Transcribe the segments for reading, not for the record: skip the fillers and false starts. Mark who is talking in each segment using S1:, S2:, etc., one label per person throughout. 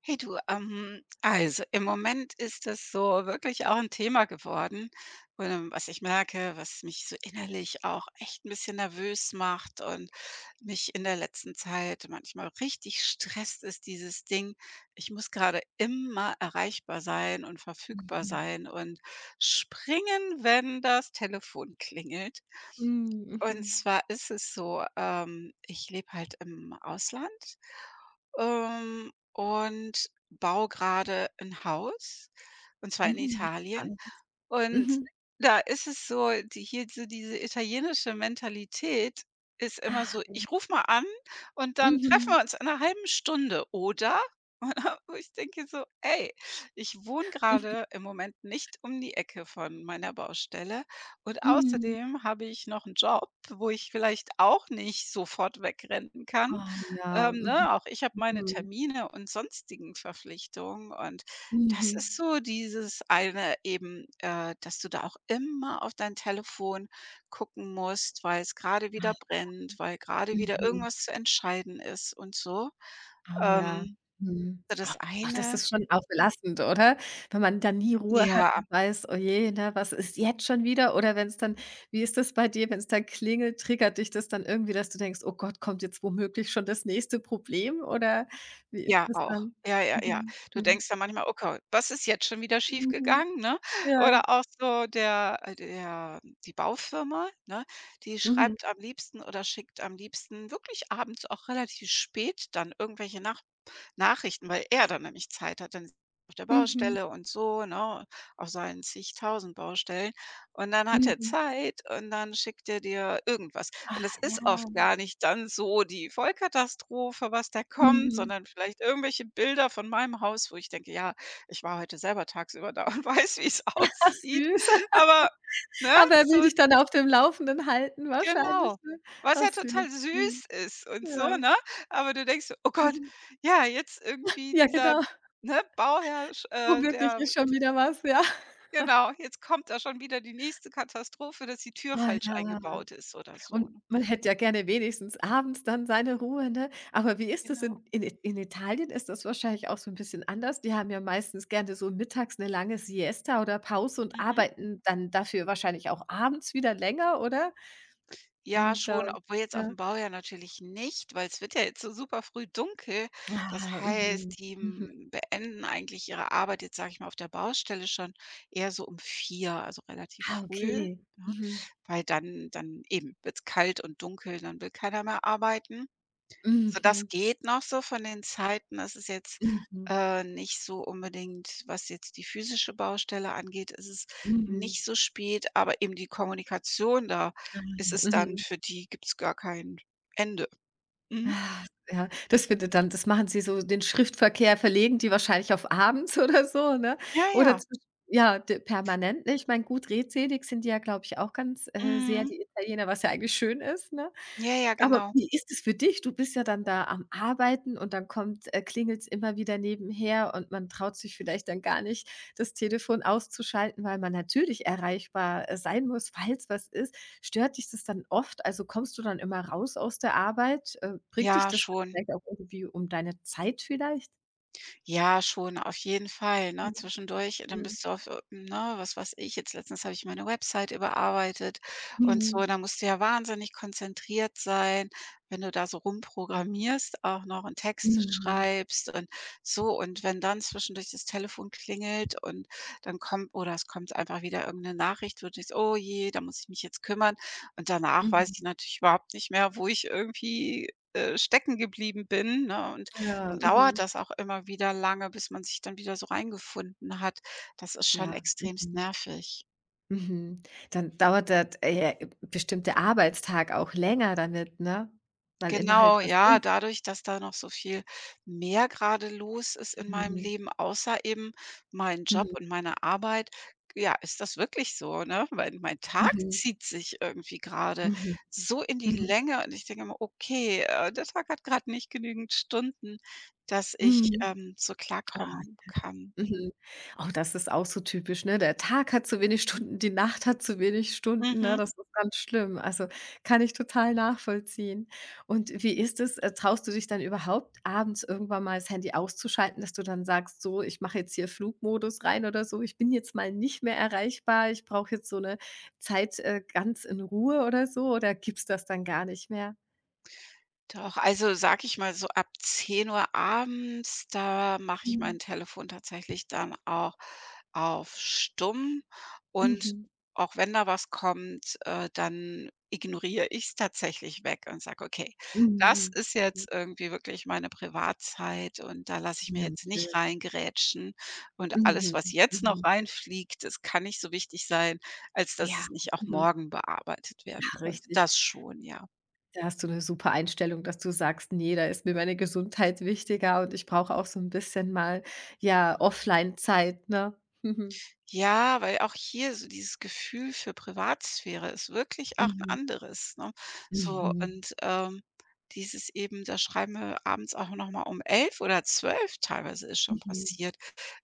S1: Hey du, also im Moment ist das so wirklich auch ein Thema geworden, was ich merke, was mich so innerlich auch echt ein bisschen nervös macht und mich in der letzten Zeit manchmal richtig stresst, ist dieses Ding, ich muss gerade immer erreichbar sein und verfügbar
S2: Mhm.
S1: sein und springen, wenn das Telefon klingelt.
S2: Mhm,
S1: Und
S2: mhm.
S1: zwar ist es so, ich lebe halt im Ausland, und baue gerade ein Haus, und zwar in
S2: Mhm.
S1: Italien.
S2: Spannend.
S1: Und
S2: Mhm.
S1: da ist es so, die hier so diese italienische Mentalität ist immer
S2: Ah,
S1: so:
S2: ja.
S1: „Ich rufe mal an und dann treffen
S2: Mhm.
S1: wir uns in 'ner halben Stunde, oder?“ Wo ich denke so: „Ey, ich wohne gerade im Moment nicht um die Ecke von meiner Baustelle und
S2: Mhm.
S1: außerdem habe ich noch einen Job, wo ich vielleicht auch nicht sofort wegrennen kann.
S2: Oh ja. Mhm,
S1: Ne, auch ich habe meine
S2: mhm.
S1: Termine und sonstigen Verpflichtungen und das
S2: Mhm.
S1: ist so dieses eine eben, dass du da auch immer auf dein Telefon gucken musst, weil es gerade
S2: Ah,
S1: wieder brennt, weil gerade wieder
S2: mhm.
S1: irgendwas zu entscheiden ist und so.
S2: Oh ja.
S1: Ähm,
S2: Mhm.
S1: so das
S2: Oh, das
S1: eine.
S2: ist schon auch belastend, oder? Wenn man dann nie Ruhe hat
S1: Ja.
S2: und weiß: „Oh je, ne, was ist jetzt schon wieder?" Oder wenn's dann wie ist das bei dir, wenn's dann klingelt, triggert dich das dann irgendwie, dass du denkst: „Oh Gott, kommt jetzt womöglich schon das nächste Problem?" Oder wie ist
S1: Ja,
S2: das
S1: auch.
S2: dann?
S1: Ja, ja, ja.
S2: Mhm.
S1: Du
S2: Mhm.
S1: denkst dann manchmal: „Okay, was ist jetzt schon wieder
S2: Mhm.
S1: schiefgegangen“, ne?
S2: Ja.
S1: Oder auch so der die Baufirma, ne, die
S2: Mhm.
S1: schreibt am liebsten oder schickt am liebsten wirklich abends auch relativ spät dann irgendwelche Nachrichten, weil er dann nämlich Zeit hat. Dann ist er auf der
S2: Mhm,
S1: Baustelle und so, ne, auf seinen zigtausend Baustellen. Und dann hat er
S2: mhm.
S1: Zeit und dann schickt er dir irgendwas. Und
S2: Ach
S1: das
S2: ja.
S1: ist oft gar nicht dann so die Vollkatastrophe, was da kommt,
S2: Mhm.
S1: sondern vielleicht irgendwelche Bilder von meinem Haus, wo ich denke: „Ja, ich war heute selber tagsüber da und weiß, wie es
S2: Ach
S1: aussieht.“
S2: süß.
S1: Aber, ne,
S2: Aber er will
S1: so.
S2: dich dann auf dem Laufenden halten wahrscheinlich,
S1: Genau.
S2: ne?
S1: Was
S2: Ach
S1: ja
S2: süß.
S1: total
S2: Mhm.
S1: süß ist und so,
S2: Ja.
S1: ne? Aber du denkst so: „Oh Gott,
S2: Mhm.
S1: ja, jetzt irgendwie
S2: Ja,
S1: dieser,
S2: genau.
S1: ne, Bauherr sch
S2: Womöglich
S1: der
S2: ist schon wieder was, ja.
S1: genau, jetzt kommt da schon wieder die nächste Katastrophe, dass die Tür
S2: Ah
S1: falsch
S2: ja.
S1: eingebaut ist oder so“,
S2: Und
S1: ne?
S2: man hätte ja gerne wenigstens abends dann seine Ruhe, ne? Aber wie ist das
S1: Genau.
S2: in Italien ist das wahrscheinlich auch so 'n bisschen anders. Die haben ja meistens gerne so mittags 'ne lange Siesta oder Pause und
S1: Mhm.
S2: arbeiten dann dafür wahrscheinlich auch abends wieder länger, oder?
S1: Ja,
S2: Und,
S1: schon, obwohl jetzt auf
S2: ja.
S1: dem Bau ja natürlich nicht, weil es wird ja jetzt so super früh dunkel. Das
S2: Ah, mhm,
S1: heißt, die,
S2: mhm.
S1: beenden eigentlich ihre Arbeit jetzt, sage ich mal, auf der Baustelle schon eher so um 4, also relativ
S2: Ah,
S1: früh,
S2: okay.
S1: ne?
S2: Mhm.
S1: Weil dann eben wird es kalt und dunkel, dann will keiner mehr arbeiten. So, das
S2: Mhm.
S1: geht noch so von den Zeiten. Es ist jetzt,
S2: Mhm.
S1: nicht so unbedingt was jetzt die physische Baustelle angeht, ist es
S2: Mhm.
S1: nicht so spät, aber eben die Kommunikation, da ist es dann
S2: Mhm.
S1: für die gibt's gar kein Ende. Mhm.
S2: Ah, ja, das findet dann das machen Sie so den Schriftverkehr verlegen die wahrscheinlich auf abends oder so, ne?
S1: Ja,
S2: Oder
S1: ja.
S2: zwisch ja, d permanent, ne? Ich meine, gut redselig sind die ja, glaube ich, auch ganz, sehr,
S1: Mhm.
S2: die Italiener, was ja eigentlich schön ist, ne?
S1: Ja, ja,
S2: Aber
S1: genau.
S2: wie ist es für dich? Du bist ja dann da am Arbeiten und dann kommt klingelt's immer wieder nebenher und man traut sich vielleicht dann gar nicht, das Telefon auszuschalten, weil man natürlich erreichbar, sein muss, falls was ist. Stört dich das dann oft? Also, kommst du dann immer raus aus der Arbeit? Bringt dich
S1: Ja,
S2: das
S1: schon.
S2: vielleicht auch irgendwie um deine Zeit vielleicht?
S1: Ja, schon, auf jeden Fall, ne? Zwischendurch, dann
S2: Mhm,
S1: bist du auf, ne, was weiß ich, jetzt letztens habe ich meine Website überarbeitet und so,
S2: mhm,
S1: da musst du ja wahnsinnig konzentriert sein, wenn du da so rumprogrammierst auch noch und Texte
S2: mhm,
S1: schreibst und so. Und wenn dann zwischendurch das Telefon klingelt und dann kommt oder es kommt einfach wieder irgendeine Nachricht, wo du denkst, oh je, da muss ich mich jetzt kümmern. Und danach weiß
S2: mhm.
S1: ich natürlich überhaupt nicht mehr, wo ich irgendwie stecken geblieben bin, ne? Und
S2: Ja,
S1: dann dauert
S2: mhm,
S1: das auch immer wieder lange, bis man sich dann wieder so reingefunden hat. Das ist schon
S2: klar,
S1: extremst
S2: mhm,
S1: nervig.
S2: mhm. Dann dauert der bestimmte Arbeitstag auch länger damit, ne? Weil immer halt
S1: Genau,
S2: was
S1: ja,
S2: ist.
S1: dadurch, dass da noch so viel mehr gerade los ist in meinem
S2: Mhm,
S1: Leben, außer eben mein Job
S2: mhm,
S1: und meine Arbeit, ja, ist das wirklich so, ne? Weil mein Tag
S2: mhm,
S1: zieht sich irgendwie gerade
S2: mhm,
S1: so in die
S2: mhm,
S1: Länge und ich denke immer: „Okay, der Tag hat gerade nicht genügend Stunden, dass ich,
S2: mhm.
S1: so
S2: Ah.
S1: klarkommen kann.“
S2: Mhm. Oh, das ist auch so typisch, ne? Der Tag hat zu wenig Stunden, die Nacht hat zu wenig Stunden, ne?
S1: Mhm.
S2: Das ist ganz schlimm. Also, kann ich total nachvollziehen. Und wie ist es? Traust du dich dann überhaupt abends irgendwann mal das Handy auszuschalten, dass du dann sagst: „So, ich mache jetzt hier Flugmodus rein oder so. Ich bin jetzt mal nicht mehr erreichbar. Ich brauche jetzt so eine Zeit, ganz in Ruhe" oder so? Oder gibt's das dann gar nicht mehr?
S1: Doch, also sage ich mal, so ab zehn Uhr abends, da mache ich
S2: Mhm.
S1: mein Telefon tatsächlich dann auch auf stumm und
S2: Mhm.
S1: auch wenn da was kommt, dann ignoriere ich es tatsächlich weg und sage: „Okay, das
S2: Mhm.
S1: ist jetzt
S2: Mhm.
S1: irgendwie wirklich meine Privatzeit und da lasse ich mir
S2: Ja,
S1: jetzt
S2: schön.
S1: nicht reingerätschen und alles,
S2: Mhm.
S1: was jetzt noch
S2: Mhm.
S1: reinfliegt, das kann nicht so wichtig sein, als dass
S2: Ja.
S1: es nicht auch
S2: Mhm.
S1: morgen bearbeitet werden
S2: Ja,
S1: könnte.“
S2: richtig.
S1: Das schon, ja.
S2: Da hast du eine super Einstellung, dass du sagst: nee da ist mir meine Gesundheit wichtiger und ich brauche auch so ein bisschen mal, ja, Offline-Zeit", ne? Mhm.
S1: Ja, weil auch hier so dieses Gefühl für Privatsphäre ist wirklich auch 'n
S2: Mhm.
S1: anderes, ne? So
S2: Mhm.
S1: und, dieses eben da schreiben wir abends auch noch mal um 11 oder zwölf, teilweise ist schon
S2: Mhm.
S1: passiert,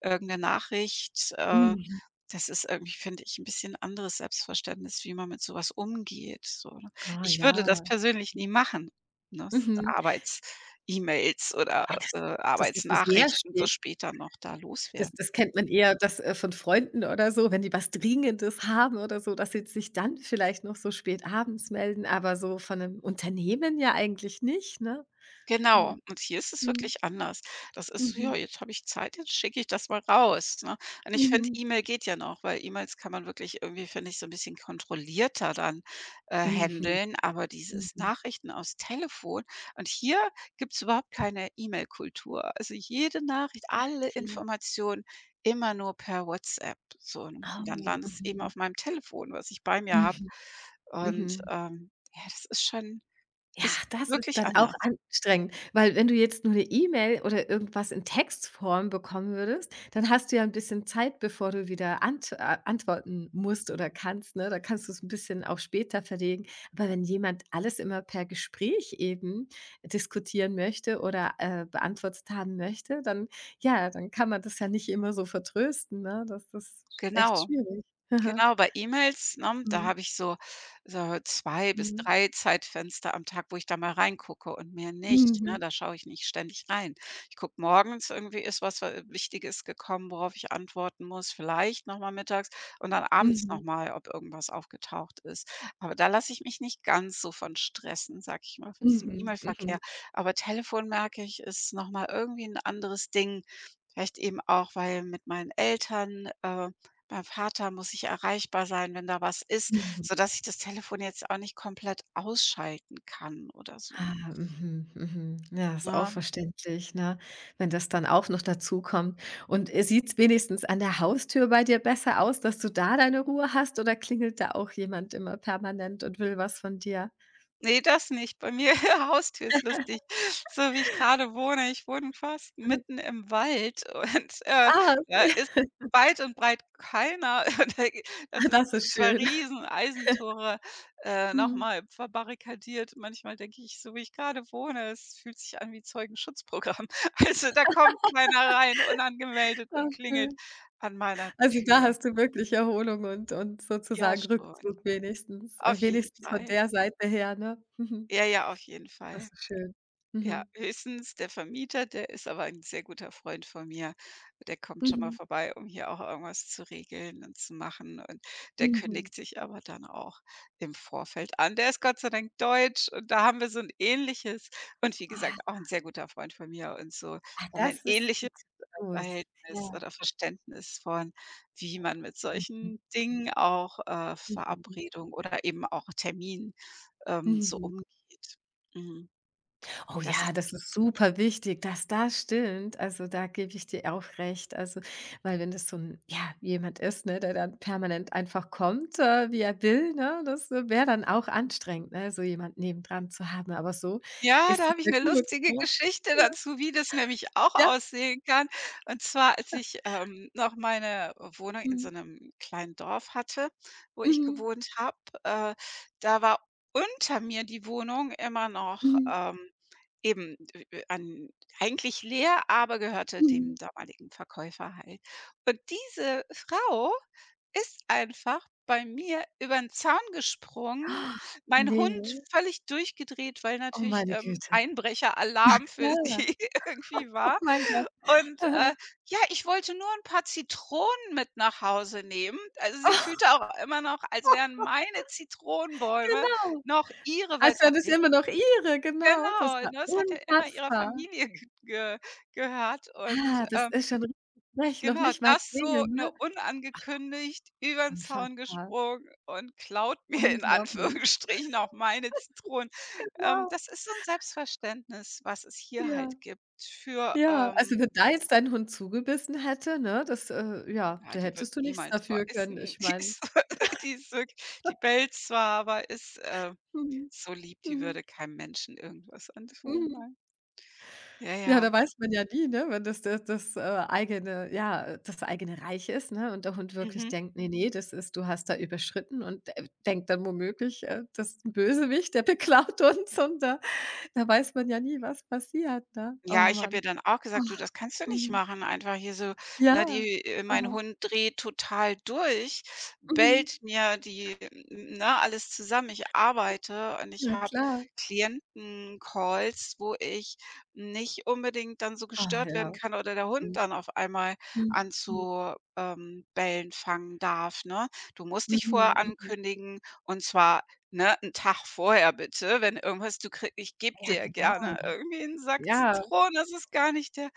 S1: irgend 'ne Nachricht,
S2: Mhm.
S1: das ist irgendwie, finde ich, 'n bisschen anderes Selbstverständnis, wie man mit so was umgeht, so, ne?
S2: Ah
S1: Ich würde das
S2: ja.
S1: persönlich nie machen, ne, s
S2: Mhm.
S1: Arbeits-E-Mails
S2: Ja,
S1: oder,
S2: das das ist so sehr
S1: Arbeitsnachrichten so
S2: schön.
S1: später noch da
S2: Das
S1: loswerden.
S2: das kennt man eher, das, von Freunden oder so, wenn die was Dringendes haben oder so, dass sie sich dann vielleicht noch so spät abends melden, aber so von einem Unternehmen ja eigentlich nicht, ne?
S1: Genau,
S2: Mhm.
S1: und hier ist es
S2: Mhm.
S1: wirklich anders. Das ist: so, „Ja,
S2: Mhm.
S1: jetzt habe ich Zeit, jetzt schicke ich das mal raus“, ne? Und ich finde,
S2: Mhm.
S1: E-Mail geht ja noch, weil E-Mails kann man wirklich irgendwie, finde ich, so ein bisschen kontrollierter dann,
S2: Mhm.
S1: handeln, aber dieses
S2: Mhm,
S1: Nachrichten aus Telefon und hier gibt's überhaupt keine E-Mail-Kultur. Also, jede Nachricht, alle
S2: okay.
S1: Informationen immer nur per WhatsApp, so, ne? Und dann
S2: Oh,
S1: landet's eben
S2: mhm.
S1: auf meinem Telefon, was ich bei mir habe
S2: Mhm,
S1: und,
S2: mhm.
S1: ja, das ist schon
S2: Ja,
S1: ist
S2: das ist
S1: wirklich
S2: dann auch
S1: anders.
S2: anstrengend, weil wenn du jetzt nur 'ne E-Mail oder irgendwas in Textform bekommen würdest, dann hast du ja 'n bisschen Zeit, bevor du wieder antworten musst oder kannst, ne? Da kannst du's 'n bisschen auf später verlegen. Aber wenn jemand alles immer per Gespräch eben diskutieren möchte oder, beantwortet haben möchte, dann ja, dann kann man das ja nicht immer so vertrösten, ne? Das ist echt
S1: Genau.
S2: schwierig.
S1: Genau, bei E-Mails, ne, da
S2: Mhm.
S1: habe ich so zwei bis
S2: Mhm.
S1: 3 Zeitfenster am Tag, wo ich da mal reingucke und mehr nicht, ne?
S2: Mhm.
S1: Da schaue ich nicht ständig rein. Ich gucke morgens irgendwie ist was, Wichtiges gekommen, worauf ich antworten muss, vielleicht noch mal mittags und dann abends noch
S2: Mhm.
S1: mal, ob irgendwas aufgetaucht ist. Aber da lasse ich mich nicht ganz so von stressen, sag ich mal, von diesem
S2: Mhm. Mhm.
S1: E-Mail-Verkehr. Aber Telefon merke ich, ist noch mal irgendwie ein anderes Ding. Vielleicht eben auch, weil mit meinen Eltern, beim Vater muss ich erreichbar sein, wenn da was ist,
S2: Mhm.
S1: sodass ich das Telefon jetzt auch nicht komplett ausschalten kann oder so,
S2: Ah, mhm. Mhm. Ja, ist auch Mhm.
S1: ja.
S2: verständlich, ne, wenn das dann auch noch dazu kommt. Und, sieht es wenigstens an der Haustür bei dir besser aus, dass du da deine Ruhe hast oder klingelt da auch jemand immer permanent und will was von dir?
S1: Ne, das nicht. Bei mir Haustür ist lustig. So wie ich gerade wohne, ich wohne fast
S2: Mhm.
S1: mitten im Wald und,
S2: Ah,
S1: da
S2: okay.
S1: ist weit und breit keiner. Und das ist
S2: Das
S1: die
S2: ist
S1: zwei
S2: schön.
S1: riesen Eisentore, noch
S2: Mhm.
S1: verbarrikadiert. Manchmal denke ich, so wie ich gerade wohne, es fühlt sich an wie Zeugenschutzprogramm. Also, da kommt keiner rein, unangemeldet
S2: Ah,
S1: und klingelt
S2: schön.
S1: an meiner
S2: Also, da
S1: Tür.
S2: hast du wirklich Erholung und
S1: Ja,
S2: sozusagen
S1: schon.
S2: Rückzug wenigstens,
S1: Auf jeden
S2: wenigstens von
S1: Fall.
S2: der Seite her, ne? Mhm.
S1: Ja, ja, auf jeden Fall.
S2: Das ist schön.
S1: Ja,
S2: Mhm.
S1: höchstens der Vermieter, der ist aber ein sehr guter Freund von mir. Der kommt schon mal
S2: Mhm.
S1: vorbei, um hier auch irgendwas zu regeln und zu machen. Und der
S2: Mhm.
S1: kündigt sich aber dann auch im Vorfeld an. Der ist Gott sei Dank deutsch und da haben wir so ein ähnliches und wie
S2: Ah,
S1: gesagt, auch ein sehr guter Freund von mir und so
S2: ah,
S1: haben wir ein
S2: das ist
S1: ähnliches
S2: natürlich gut.
S1: Verhältnis
S2: Ja.
S1: oder Verständnis von, wie man mit
S2: Mhm.
S1: solchen Dingen auch,
S2: Mhm.
S1: Verabredungen oder eben auch Termin so
S2: Mhm.
S1: umgeht. Mhm.
S2: Oh
S1: Das ist.
S2: ja, das ist super wichtig, dass das stimmt. Also, da gebe ich dir auch recht. Also, weil wenn das so 'n ja, jemand ist, ne, der dann permanent einfach kommt, wie er will, ne, das wäre dann auch anstrengend, ne, so jemand nebendran zu haben. Aber so
S1: Ja, da
S2: ist es
S1: habe ich
S2: ja
S1: 'ne
S2: gut,
S1: lustige
S2: ne?
S1: Geschichte
S2: Ja,
S1: dazu, wie das nämlich auch
S2: ja.
S1: aussehen kann. Und zwar, als ich, noch meine Wohnung in so
S2: Mhm.
S1: 'nem kleinen Dorf hatte, wo ich
S2: Mhm.
S1: gewohnt habe, äh, da war unter mir die Wohnung immer noch,
S2: Mhm.
S1: eben e e an eigentlich leer, aber gehörte dem
S2: Mhm.
S1: damaligen Verkäufer halt. Und diese Frau ist einfach bei mir über 'n Zaun gesprungen, mein
S2: Ne,
S1: Hund völlig durchgedreht, weil
S2: oh
S1: natürlich,
S2: meine Güte.
S1: Einbrecher für
S2: Klar.
S1: sie irgendwie
S2: Oh
S1: war.
S2: mein Gott.
S1: Und, ja, ich wollte nur 'n paar Zitronen mit nach Hause nehmen. Also, sie
S2: Aha.
S1: fühlte auch immer noch, als wären meine Zitronenbäume
S2: Genau.
S1: noch ihre,
S2: Also,
S1: weil's
S2: war
S1: hat
S2: das
S1: die
S2: immer noch ihre, genau. Das
S1: genau,
S2: war
S1: ne, es hat ja immer ihrer
S2: unfassbar.
S1: Familie ge ge gehört und,
S2: Ah, das ist schon richtig frech, noch
S1: genau,
S2: nicht mal
S1: das so,
S2: klingeln,
S1: ne,
S2: ne?
S1: unangekündigt über übern Zaun
S2: Unfassbar,
S1: gesprungen und klaut mir in
S2: unglaublich.
S1: Anführungsstrichen auch meine Zitronen.
S2: Genau,
S1: Das ist so 'n Selbstverständnis, was es hier
S2: ja.
S1: halt gibt für,
S2: Ja, also, wenn da jetzt dein Hund zugebissen hätte, ne, das, ja,
S1: ja,
S2: da
S1: die wird
S2: hättest du nichts
S1: niemals
S2: dafür können.
S1: beißen.
S2: Ich meine
S1: Die ist wirklich die bellt zwar, aber ist,
S2: mhm,
S1: so lieb, die
S2: mhm,
S1: würde keinem Menschen irgendwas antun,
S2: mhm.
S1: nein. Ja,
S2: Ja,
S1: ja.
S2: da weiß man ja nie, ne, wenn das eigene ja, das eigene Reich ist, ne, und der Hund wirklich
S1: Mhm.
S2: denkt: nee, nee, das ist du hast da überschritten" und de denkt dann womöglich, das ist 'n Bösewicht, der beklaut uns und da da weiß man ja nie, was passiert, ne? Oh
S1: Ja, ich habe
S2: Mann.
S1: ihr dann auch gesagt: „Du, das kannst du nicht
S2: Mhm.
S1: machen, einfach hier so,
S2: Ja.
S1: ne, die mein
S2: Aha.
S1: Hund dreht total durch,
S2: Mhm.
S1: bellt mir die n ne, alles zusammen. Ich arbeite und ich
S2: Ja
S1: habe
S2: klar.
S1: Klientencalls, wo ich nicht unbedingt dann so
S2: Ah
S1: gestört
S2: ja.
S1: werden kann oder der Hund
S2: Mhm.
S1: dann auf einmal an
S2: Mhm.
S1: zu, bellen fangen darf, ne? Du musst dich vorher
S2: Mhm. Mhm.
S1: ankündigen und zwar. Ne, 'n Tag vorher bitte, wenn irgendwas du krieg ich gebe
S2: Ja,
S1: dir
S2: genau.
S1: gerne irgendwie einen Sack
S2: Ja.
S1: Zitronen, das ist gar nicht der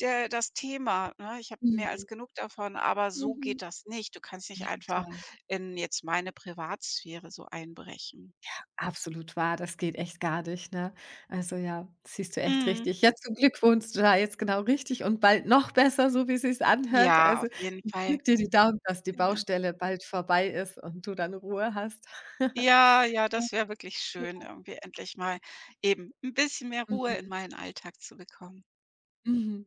S1: das Thema, ne? Ich habe mehr
S2: Mhm.
S1: als genug davon, aber so
S2: Mhm.
S1: geht das nicht. Du kannst nicht
S2: Ja,
S1: einfach
S2: klar.
S1: in jetzt meine Privatsphäre so einbrechen.
S2: Absolut wahr, das geht echt gar nicht, ne? Also, ja, siehst du echt
S1: Mhm.
S2: richtig. Ja, zum Glück wohnst du da jetzt genau richtig und bald noch besser, so wie es sich anhört.
S1: Ja,
S2: Also,
S1: auf jeden
S2: ich
S1: Fall.
S2: drücke dir die Daumen, dass die
S1: Genau.
S2: Baustelle bald vorbei ist und du dann Ruhe hast.
S1: Ja, ja, das wäre wirklich schön,
S2: Ja.
S1: irgendwie endlich mal eben ein bisschen mehr Ruhe in
S2: Mhm.
S1: meinen Alltag zu bekommen.
S2: Mhm.